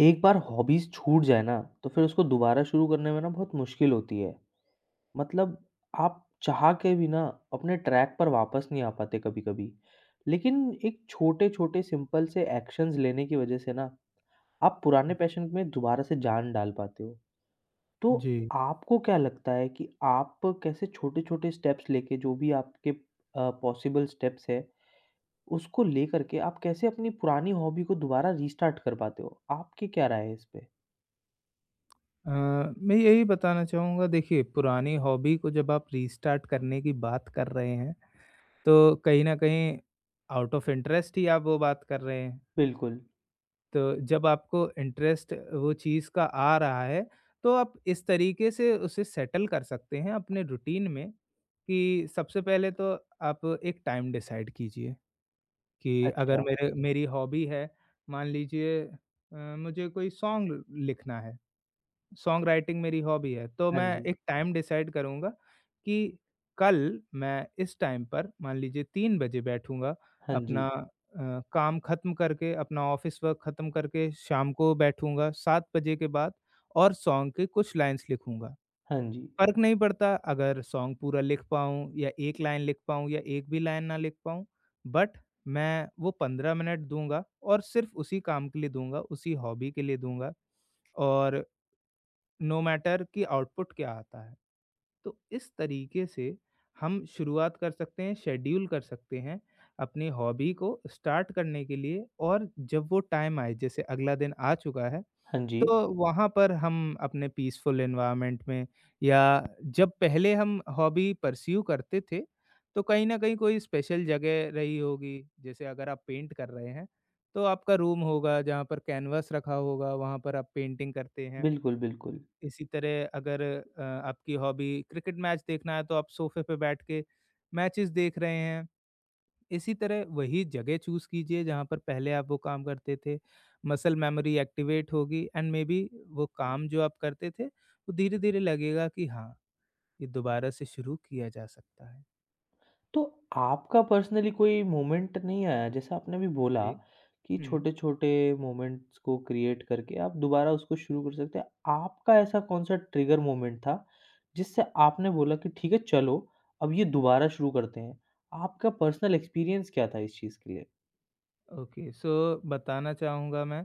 एक बार हॉबीज़ छूट जाए ना, तो फिर उसको दोबारा शुरू करने में ना बहुत मुश्किल होती है। मतलब आप चाह के भी ना अपने ट्रैक पर वापस नहीं आ पाते कभी-कभी। लेकिन एक छोटे-छोटे सिंपल से एक्शंस लेने की वज़ह से ना आप पुराने पैशन में दोबारा से जान डाल पाते हो। तो जी। आपको क्या लगता है कि आप कैसे छोटे-छोटे स्टेप्स लेके जो भी आपके पॉसिबल स्टेप्स हैं, उसको लेकर के आप कैसे अपनी पुरानी हॉबी को दोबारा रीस्टार्ट कर पाते हो? आपकी क्या राय है इस पे? मैं यही बताना चाहूँगा देखिए पुरानी हॉबी को जब आप रीस्टार्ट करने की बात कर रहे हैं, तो कहीं न कहीं आउट ऑफ इंटरेस्ट ही आप वो बात कर रहे हैं। बिल्कुल। तो जब आपको इंटरेस्ट वो चीज़ का आ रहा है, तो आप इस तरीके से उसे सेटल कर सकते हैं अपने रूटीन में कि सबसे पहले तो आप एक टाइम डिसाइड कीजिए कि अगर अच्छा, मेरे मेरी हॉबी है, मान लीजिए मुझे कोई सॉन्ग लिखना है। सॉन्ग राइटिंग मेरी हॉबी है, तो हाँ मैं जी, एक टाइम डिसाइड करूँगा कि कल मैं इस टाइम पर मान लीजिए 3 बजे बैठूँगा हाँ जी, अपना काम ख़त्म करके, अपना ऑफ़िस वर्क ख़त्म करके शाम को बैठूँगा 7 बजे के बाद और सॉन्ग के कुछ लाइन्स लिखूँगा। हाँ जी, फ़र्क नहीं पड़ता अगर सॉन्ग पूरा लिख पाऊँ या 1 लाइन लिख पाऊँ या 1 भी लाइन ना लिख पाऊँ, बट मैं वो 15 मिनट दूँगा और सिर्फ़ उसी काम के लिए दूँगा, उसी हॉबी के लिए दूँगा और नो मैटर कि आउटपुट क्या आता है तो इस तरीके से हम शुरुआत कर सकते हैं शेड्यूल कर सकते हैं अपनी हॉबी को स्टार्ट करने के लिए और जब वो टाइम आए जैसे अगला दिन आ चुका है हाँ जी। तो वहाँ पर हम अपने पीसफुल एनवायरनमेंट में या जब पहले हम हॉबी परस्यू करते थे तो कहीं ना कहीं कोई स्पेशल जगह रही होगी जैसे अगर आप पेंट कर रहे हैं तो आपका रूम होगा जहाँ पर कैनवास रखा होगा वहाँ पर आप पेंटिंग करते हैं बिल्कुल, बिल्कुल। इसी तरह अगर आपकी हॉबी क्रिकेट मैच देखना है तो आप सोफे पे बैठ के मैचेस देख रहे हैं। इसी तरह वही जगह चूज़ कीजिए जहाँ पर पहले आप वो काम करते थे। मसल मेमोरी एक्टिवेट होगी एंड मे बी वो काम जो आप करते थे वो धीरे-धीरे लगेगा कि हाँ, ये दोबारा से शुरू किया जा सकता है। तो आपका पर्सनली कोई मोमेंट नहीं आया जैसे आपने अभी बोला जी। कि हुँ, छोटे-छोटे मोमेंट्स को क्रिएट करके आप दोबारा उसको शुरू कर सकते हैं। आपका ऐसा कौन-सा ट्रिगर मोमेंट था जिससे आपने बोला कि ठीक है चलो, अब ये दोबारा शुरू करते हैं। आपका पर्सनल एक्सपीरियंस क्या था इस चीज़ के लिए? ओके सो बताना चाहूँगा मैं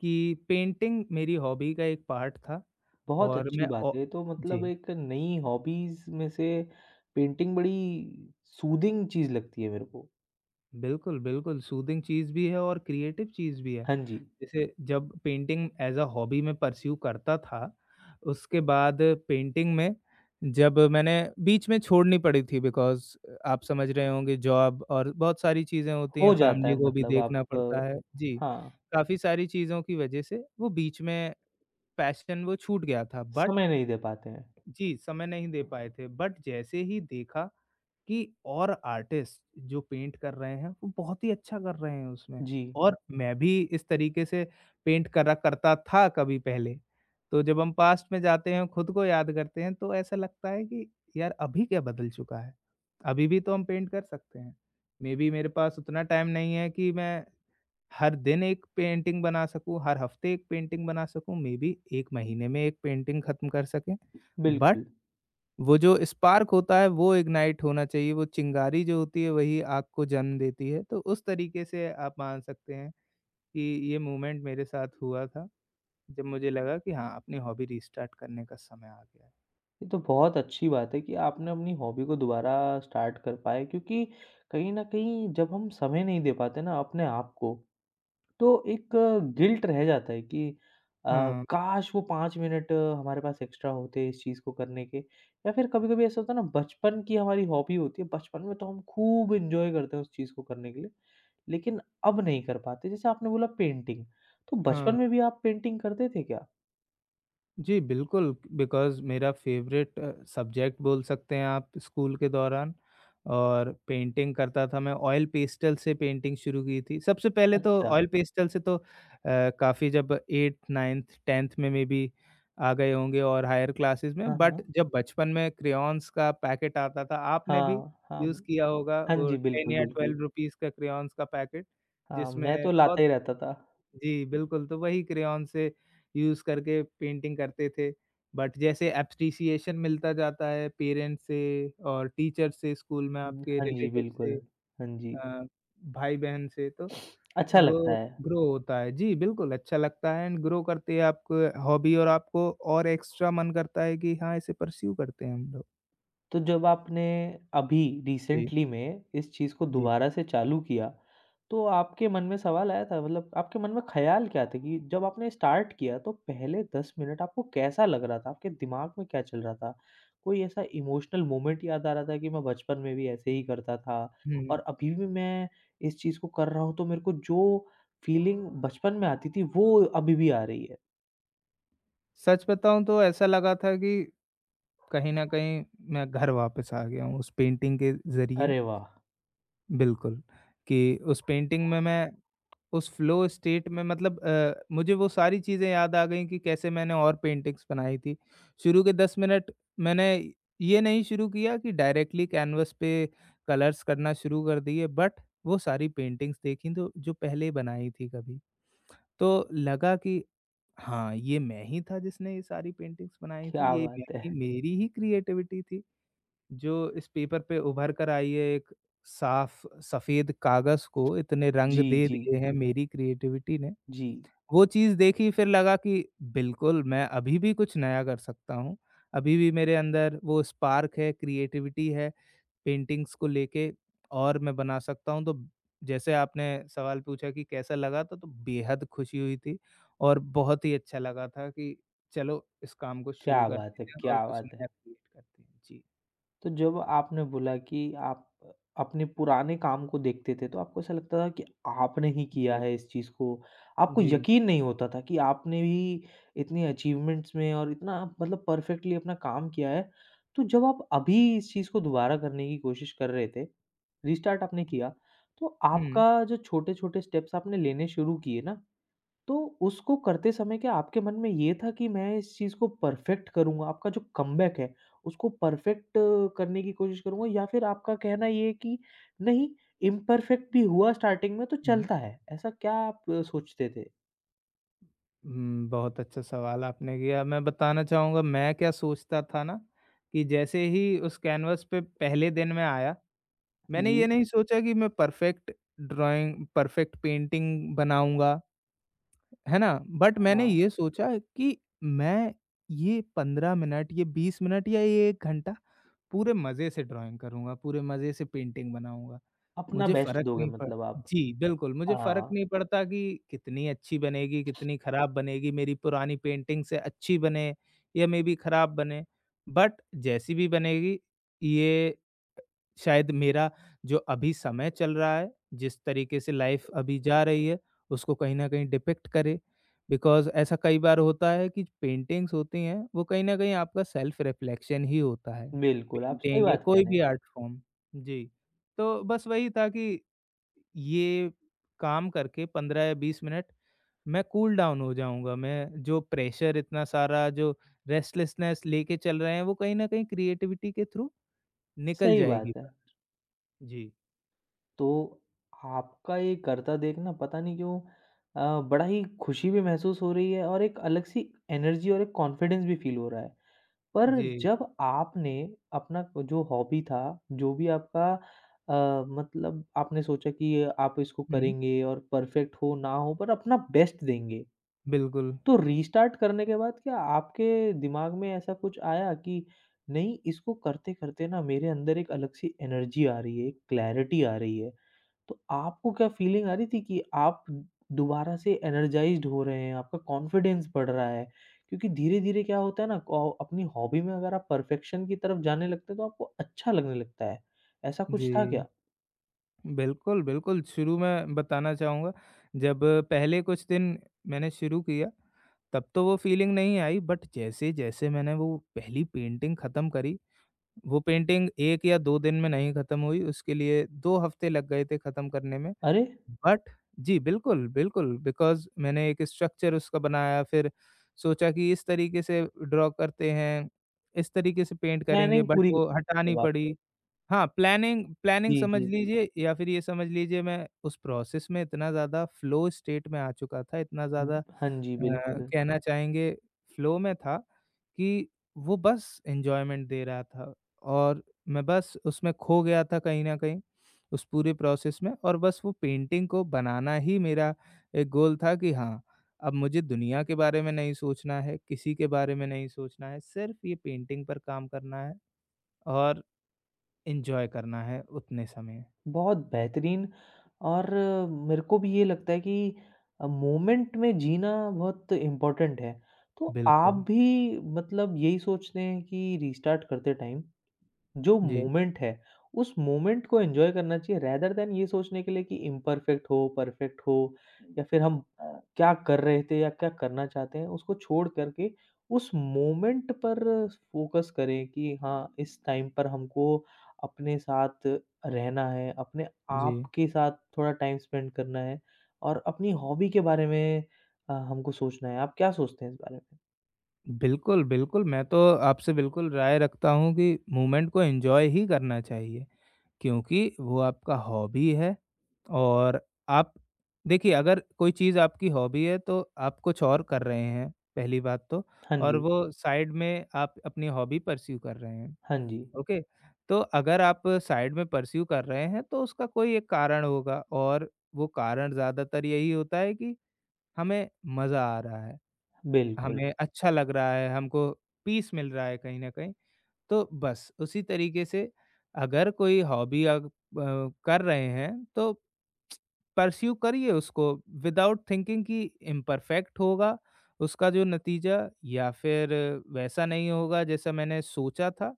कि पेंटिंग मेरी हॉबी का एक पार्ट था बहुत और अच्छी मैं बात औ है। तो मतलब जी। एक नई हॉबीज़ में से पेंटिंग बड़ी सूदिंग चीज़ लगती है मेरे को। बिल्कुल, बिल्कुल, सूदिंग चीज़ भी है और क्रिएटिव चीज़ भी है। हाँ जी, जैसे जब पेंटिंग एज़ अ हॉबी मैं परस्यू करता था, उसके बाद पेंटिंग में जब मैंने बीच में छोड़नी पड़ी थी बिकॉज़ आप समझ रहे होंगे जॉब और बहुत सारी चीज़ें होती हैं, हो जाता फैमिली है को भी मतलब आप देखना पड़ता है। जी, हाँ, काफ़ी सारी चीज़ों की वजह से वो बीच में पैशन वो छूट गया था बट समय नहीं दे पाते हैं। जी, समय नहीं दे पाए थे बट जैसे ही देखा कि और आर्टिस्ट जो पेंट कर रहे हैं, वो बहुत ही अच्छा कर रहे हैं उसमें जी, और मैं भी इस तरीके से पेंट करा करता था कभी पहले। तो जब हम पास्ट में जाते हैं, खुद को याद करते हैं, तो ऐसा लगता है कि यार अभी क्या बदल चुका है? अभी भी तो हम पेंट कर सकते हैं। मेबी मेरे पास उतना टाइम नहीं है कि मैं हर दिन एक पेंटिंग बना सकूँ, हर हफ्ते एक पेंटिंग बना सकूँ, मेबी 1 महीने में एक पेंटिंग खत्म कर सकें। बट बिल्कुल। वो जो स्पार्क होता है वो इग्नाइट होना चाहिए, वो चिंगारी जो होती है वही आग को जन्म देती है। तो उस तरीके से आप मान सकते हैं कि ये मूवमेंट मेरे साथ हुआ था, जब मुझे लगा कि हाँ, अपनी हॉबी रिस्टार्ट करने का समय आ गया है। ये तो बहुत अच्छी बात है कि आपने अपनी हॉबी को दोबारा स्टार्ट कर पाए क्योंकि कहीं न कहीं जब हम समय नहीं दे पाते ना अपने आप को, तो एक गिल्ट रह जाता है कि अ, हाँ, काश वो 5 मिनट हमारे पास एक्स्ट्रा होते इस चीज़ को करने के या फिर कभी-कभी ऐसा होता है ना बचपन की हमारी हॉबी होती है, बचपन में तो हम खूब एन्जॉय करते हैं उस चीज़ को करने के लिए। लेकिन अब नहीं कर पाते। जैसे आपने बोला पेंटिंग, तो हाँ। बचपन में भी आप पेंटिंग करते थे क्या? जी, बिल्कुल बिकॉज़ मेरा फ़ेवरेट सब्जेक्ट बोल सकते हैं आप स्कूल के दौरान और पेंटिंग करता था मैं, ऑयल पेस्टल से पेंटिंग शुरू की थी। सबसे पहले तो अच्छा। ऑयल पेस्टल से तो काफ़ी जब 8th, 9th, 10th में मेबी आ गए होंगे और हायर क्लासेस में, हाँ, बट हाँ। जब बचपन में क्रेयॉन्स का पैकेट आता था, आपने भी हाँ, हाँ। यूज़ किया होगा हाँ वो जी, 10 बिल्कुल, या बिल्कुल। ₹12 का क्रेयॉन्स का पैकेट, हाँ, मैं जिसमें तो लाता बहुत ही रहता था। जी, बिल्कुल, तो वही क्रेयॉन से यूज़ करके पेंटिंग करते थे, बट जैसे एप्रिसिएशन मिलता जाता है पेरेंट्स से और टीचर से, स्कूल में हुँ, आपके हाँ जी, रिलेटिव बिल्कुल। से हाँ जी, अ, भाई-बहन से, तो अच्छा लगता वो है। ग्रो होता है। जी, बिल्कुल, अच्छा लगता है एंड ग्रो करती है आपको हॉबी और आपको और एक्स्ट्रा मन करता है कि हाँ, इसे परस्यू करते हैं हम लोग। तो जब आपने अभी जी, रिसेंटली में इस चीज़ को जी। दोबारा से चालू किया, तो आपके मन में सवाल आया था मतलब आपके मन में ख़्याल क्या थे कि जब आपने स्टार्ट किया तो पहले 10 मिनट आपको कैसा लग रहा था? आपके दिमाग में क्या चल रहा था? कोई ऐसा इमोशनल मोमेंट याद आ रहा था कि मैं बचपन में भी ऐसे ही करता था हुँ, और अभी भी मैं इस चीज़ को कर रहा हूँ तो मेरे को जो फीलिंग बचपन में आती थी वो अभी भी आ रही है? सच बताऊँ तो ऐसा लगा था कि कहीं न कहीं मैं घर वापस आ गया हूँ उस पेंटिंग के ज़रिए। अरे वाह! बिल्कुल, कि उस पेंटिंग में मैं उस फ़्लो स्टेट में मतलब मुझे वो सारी चीज़ें याद आ गईं कि कैसे मैंने और पेंटिंग्स बनाई थी। शुरू के 10 मिनट मैंने ये नहीं शुरू किया कि डायरेक्टली कैनवस पे कलर्स करना शुरू कर दिए बट वो सारी पेंटिंग्स देखी तो जो पहले बनाई थी कभी। तो लगा कि हाँ, ये मैं ही था जिसने ये सारी पेंटिंग्स बनाई थी, क्या ये मैं बात है। ही मेरी ही क्रिएटिविटी थी। जो इस पेपर पे उभर कर आई है एक साफ सफेद कागज को इतने रंग जी, दे हुँ। जी, दिए हैं मेरी क्रिएटिविटी ने, जी। वो चीज़ देखी फिर लगा कि बिल्कुल मैं अभी भी कुछ नया कर सकता हूँ। अभी भी मेरे अंदर वो स्पार्क है, क्रिएटिविटी है पेंटिंग्स को लेके और मैं बना सकता हूँ। तो जैसे आपने सवाल पूछा कि कैसा लगा था, तो बेहद खुशी हुई थी और बहुत ही अच्छा लगा था कि चलो इस काम को शुरू क्या बात करते है, हैं और क्या कुछ बात है! नया क्रिएट करते हैं। जी। तो जब आपने बोला कि आप अपने पुराने काम को देखते थे, तो आपको ऐसा लगता था कि आपने ही किया जी। है इस चीज़ को। आपको जी। यकीन नहीं होता था कि आपने भी इतनी अचीवमेंट्स में और इतना मतलब परफेक्टली अपना काम किया है। तो जब आप अभी इस चीज़ को दोबारा करने की कोशिश कर रहे थे, रीस्टार्ट आपने किया, तो हुँ, आपका जो छोटे-छोटे स्टेप्स आपने लेने शुरू किए ना, तो उसको करते समय क्या आपके मन में ये था कि मैं इस चीज़ को परफ़ेक्ट करूँगा? आपका जो कमबैक है, उसको परफ़ेक्ट करने की कोशिश करूँगा या फिर आपका कहना ये है कि नहीं इम्परफ़ेक्ट भी हुआ स्टार्टिंग में तो हुँ। चलता है, ऐसा क्या आप सोचते थे? बहुत अच्छा सवाल आपने किया। मैं बताना चाहूँगा मैं क्या सोचता था ना कि जैसे ही उस कैनवास पे पहले दिन मैं आया, मैंने ये जी, नहीं सोचा कि मैं परफ़ेक्ट ड्राइंग परफ़ेक्ट पेंटिंग बनाऊँगा, है ना? बट मैंने हाँ। ये सोचा कि मैं ये 15 मिनट, ये 20 मिनट या ये 1 घंटा पूरे मज़े से ड्राइंग करूँगा, पूरे मज़े से पेंटिंग बनाऊँगा। अपना मुझे बेस्ट फ़र्क दोगे नहीं पड़ मतलब आप। जी, बिल्कुल, मुझे फ़र्क हाँ, नहीं पड़ता कि कितनी अच्छी बनेगी, कितनी खराब बनेगी, मेरी पुरानी पेंटिंग से अच्छी बने या मेबी खराब बने। बट जैसी भी बनेगी, ये शायद मेरा जो अभी समय चल रहा है, जिस तरीके से लाइफ़ अभी जा रही है, उसको कहीं न कहीं डिपिक्ट करे। बिकॉज़ ऐसा कई बार होता है कि पेंटिंग्स होती हैं, वो कहीं न कहीं आपका सेल्फ रिफ्लेक्शन ही होता है, बिल्कुल, आप सही पेंटिंग या बात कह कोई रहे भी हैं। Art form. जी, तो बस वही था कि ये काम करके 15 या 20 मिनट मैं कूल डाउन हो जाऊँगा। मैं जो प्रेशर इतना सारा जो रेस्टलेसनेस लेके चल रहे हैं वो कहीं न कहीं क्रिएटिविटी के थ्रू निकल सही जाएगी। बात है। जी, तो आपका ये करता देख ना पता नहीं क्यों बड़ा ही खुशी भी महसूस हो रही है और एक अलग-सी एनर्जी और एक कॉन्फिडेंस भी फ़ील हो रहा है। पर जी। जब आपने अपना जो हॉबी था, जो भी आपका मतलब आपने सोचा कि ये आप इसको हुँ, करेंगे और परफ़ेक्ट हो, ना हो पर अपना बेस्ट देंगे। बिल्कुल। तो रीस्टार्ट करने के बाद क्या आपके दिमाग में ऐसा कुछ आया कि नहीं इसको करते-करते ना मेरे अंदर एक अलग-सी एनर्जी आ रही है, एक क्लैरिटी आ रही है? तो आपको क्या फीलिंग आ रही थी कि आप दोबारा से एनर्जाइज़्ड हो रहे हैं, आपका कॉन्फिडेंस बढ़ रहा है? क्योंकि धीरे-धीरे क्या होता है ना कौ अपनी हॉबी में अगर आप परफेक्शन की तरफ जाने लगते हैं, तो आपको अच्छा लगने लगता है। ऐसा कुछ था जी, क्या? बिल्कुल, बिल्कुल। शुरू में बताना चाहूँगा जब पहले कुछ दिन मैंने शुरू किया तब तो वो फीलिंग नहीं आई बट जैसे-जैसे मैंने वो पहली पेंटिंग ख़त्म करी वो पेंटिंग 1 या 2 दिन में नहीं खत्म हुई, उसके लिए 2 हफ्ते लग गए थे खत्म करने में। अरे! बट जी, बिल्कुल, बिल्कुल बिकॉज़ मैंने एक स्ट्रक्चर उसका बनाया, फिर सोचा कि इस तरीके से ड्रॉ करते हैं, इस तरीके से पेंट करेंगे प्लानिंग बट पूरी कर वो हटानी मतलब आपने। पड़ी। हाँ, प्लानिंग प्लानिंग जी, समझ जी, जी। लीजिए या फिर ये समझ लीजिए मैं उस प्रोसेस में इतना ज़्यादा फ्लो स्टेट में आ चुका था, इतना हुँ, ज़्यादा हाँ जी, अ, बिल्कुल। कहना चाहेंगे फ्लो में था कि वो बस एन्जॉयमेंट दे रहा था और मैं बस उसमें खो गया था कहीं न कहीं, उस पूरे प्रोसेस में और बस वो पेंटिंग को बनाना ही मेरा एक गोल था कि हाँ, अब मुझे दुनिया के बारे में नहीं सोचना है, किसी के बारे में नहीं सोचना है, सिर्फ़ ये पेंटिंग पर काम करना है और एन्जॉय करना है उतने समय। बहुत बेहतरीन और मेरे को भी ये लगता है कि मोमेंट में जीना बहुत इम्पोर्टेंट है। तो आप बिल्कुल। भी मतलब यही सोचते हैं कि रिस्टार्ट करते टाइम जो जी, मोमेंट है, उस मोमेंट को एन्जॉय करना चाहिए रेदर दैन ये सोचने के लिए कि इम्परफेक्ट हो, परफेक्ट हो या फिर हम हाँ। क्या कर रहे थे या क्या करना चाहते हैं, उसको छोड़ कर के उस मोमेंट पर फ़ोकस करें कि हाँ, इस टाइम पर हमको अपने साथ रहना है, अपने जी। आप के साथ थोड़ा टाइम स्पेंड करना है और अपनी हॉबी के बारे में हमको सोचना है। आप क्या सोचते हैं इस बारे में? बिल्कुल, बिल्कुल, मैं तो आपसे बिल्कुल राय रखता हूँ कि मूवमेंट को एन्जॉय ही करना चाहिए, क्योंकि वो आपका हॉबी है और आप देखिए अगर कोई चीज़ आपकी हॉबी है तो आप कुछ और कर रहे हैं, पहली बात तो हाँ और जी, वो साइड में आप अपनी हॉबी परस्यू कर रहे हैं, हाँ जी, ओके? तो अगर आप साइड में परस्यू कर रहे हैं तो उसका कोई एक कारण होगा और वो कारण ज़्यादातर यही होता है कि हमें मज़ा आ रहा है। बिल्कुल, हमें अच्छा लग रहा है, हमको पीस मिल रहा है कहीं न कहीं। तो बस उसी तरीके से अगर कोई हॉबी आप कर रहे हैं तो परस्यू करिए उसको विदाउट थिंकिंग कि इम्परफेक्ट होगा उसका जो नतीजा या फिर वैसा नहीं होगा जैसा मैंने सोचा था।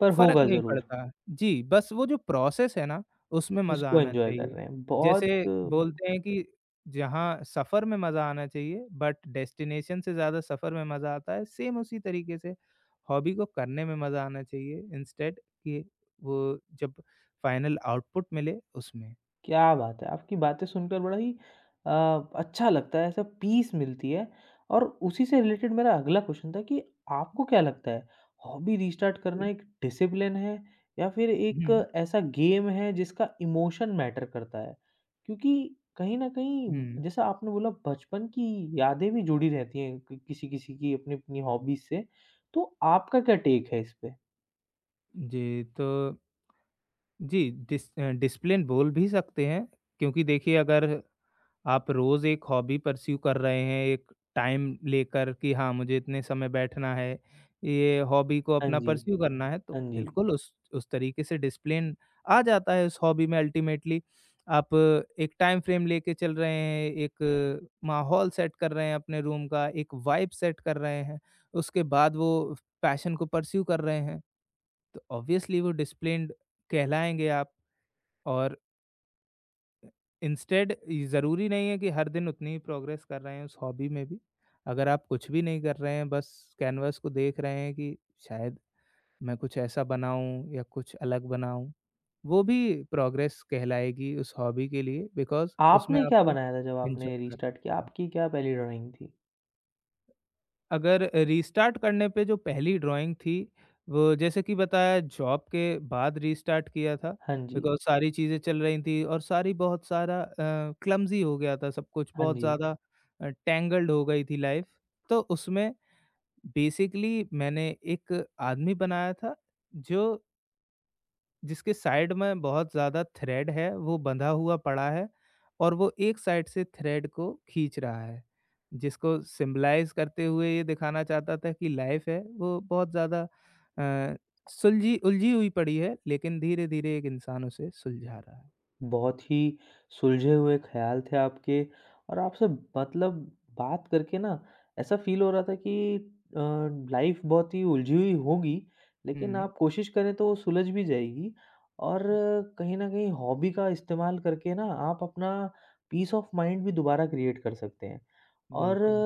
पर फ़र्क होगा नहीं ज़रूर। पड़ता। जी, बस वो जो प्रोसेस है ना, उसमें मज़ा उसको आना एन्जॉय कर चाहिए। रहे हैं। बहुत जैसे बोलते हैं कि जहाँ सफ़र में मज़ा आना चाहिए, बट डेस्टिनेशन से ज़्यादा सफ़र में मज़ा आता है, सेम उसी तरीके से हॉबी को करने में मज़ा आना चाहिए इंस्टेड कि वो जब फाइनल आउटपुट मिले उसमें। क्या बात है! आपकी बातें सुनकर बड़ा ही अ, अच्छा लगता है, ऐसा पीस मिलती है और उसी से रिलेटेड मेरा अगला क्वेश्चन था कि आपको क्या लगता है, हॉबी रिस्टार्ट जी। करना एक डिसिप्लिन है या फिर एक हुँ, ऐसा गेम है जिसका इमोशन मैटर करता है? क्योंकि कहीं न हुँ। कहीं जैसा आपने बोला बचपन की यादें भी जुड़ी रहती हैं कि किसी-किसी की अपनी-अपनी हॉबीज़ से, तो आपका क्या टेक है इस पे? जी, तो जी, डिसिप्लिन बोल भी सकते हैं क्योंकि देखिए अगर आप रोज़ एक हॉबी परस्यू कर रहे हैं, एक टाइम लेकर कि हाँ, मुझे इतने समय बैठना है, ये हॉबी को हाँ अपना जी। परस्यू करना है, तो हाँ जी। बिल्कुल उस तरीके से डिसिप्लिन आ जाता है उस हॉबी में अल्टीमेटली। आप एक टाइम फ्रेम लेके चल रहे हैं, एक माहौल सेट कर रहे हैं अपने रूम का, एक वाइब सेट कर रहे हैं, उसके बाद वो पैशन को परस्यू कर रहे हैं, तो ऑब्वियसली वो डिसिप्लिन्ड कहलाएँगे आप और इंस्टेड ज़रूरी नहीं है कि हर दिन उतनी ही प्रोग्रेस कर रहे हैं उस हॉबी में भी। अगर आप कुछ भी नहीं कर रहे हैं, बस कैनवास को देख रहे हैं कि शायद मैं कुछ ऐसा बनाऊँ या कुछ अलग बनाऊँ, वो भी प्रोग्रेस कहलाएगी उस हॉबी के लिए बिकॉज़ उसमें आपने क्या आपको बनाया था जब आपने एन्जॉय करना रीस्टार्ट किया? चाहिए। आपकी क्या पहली ड्राइंग थी? अगर रीस्टार्ट करने पे जो पहली ड्राइंग थी, वो जैसे कि बताया जॉब के बाद रीस्टार्ट किया था, हाँ जी, बिकॉज़ सारी चीज़ें चल रही थी और सारी बहुत सारा क्लमज़ी हो गया था सब कुछ, हाँ बहुत जी। ज़्यादा टैंगल्ड हो गई थी लाइफ़। तो उसमें बेसिकली मैंने एक आदमी बनाया था जो जिसके साइड में बहुत ज़्यादा थ्रेड है, वो बंधा हुआ पड़ा है और वो एक साइड से थ्रेड को खींच रहा है। जिसको सिम्बलाइज़ करते हुए ये दिखाना चाहता था कि लाइफ़ है वो बहुत ज़्यादा अ, सुलझी उलझी हुई पड़ी है, लेकिन धीरे-धीरे एक इंसान उसे सुलझा रहा है। बहुत ही सुलझे हुए ख्याल थे आपके और आपसे मतलब बात करके ना ऐसा फील हो रहा था कि अ, लाइफ बहुत ही उलझी हुई होगी, लेकिन हुँ, आप कोशिश करें तो वो सुलझ भी जाएगी और कहीं न कहीं हॉबी का इस्तेमाल करके ना आप अपना पीस ऑफ माइंड भी दोबारा क्रिएट कर सकते हैं। और बिल्कुल।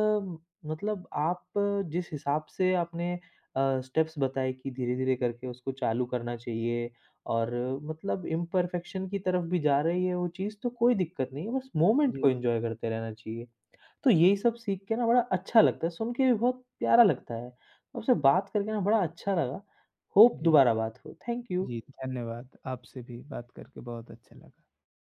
मतलब आप जिस हिसाब से आपने स्टेप्स बताए कि धीरे-धीरे करके उसको चालू करना चाहिए और मतलब इम्परफेक्शन की तरफ भी जा रही है वो चीज़ तो कोई दिक्कत नहीं है, बस मोमेंट को जी, एन्जॉय करते रहना चाहिए। तो यही सब सीख के ना बड़ा अच्छा लगता है, सुन के भी बहुत प्यारा लगता है। आपसे बात करके ना बड़ा अच्छा लगा। होप जी, दोबारा बात हो। Thank you. जी, धन्यवाद। आपसे भी बात करके बहुत अच्छा लगा।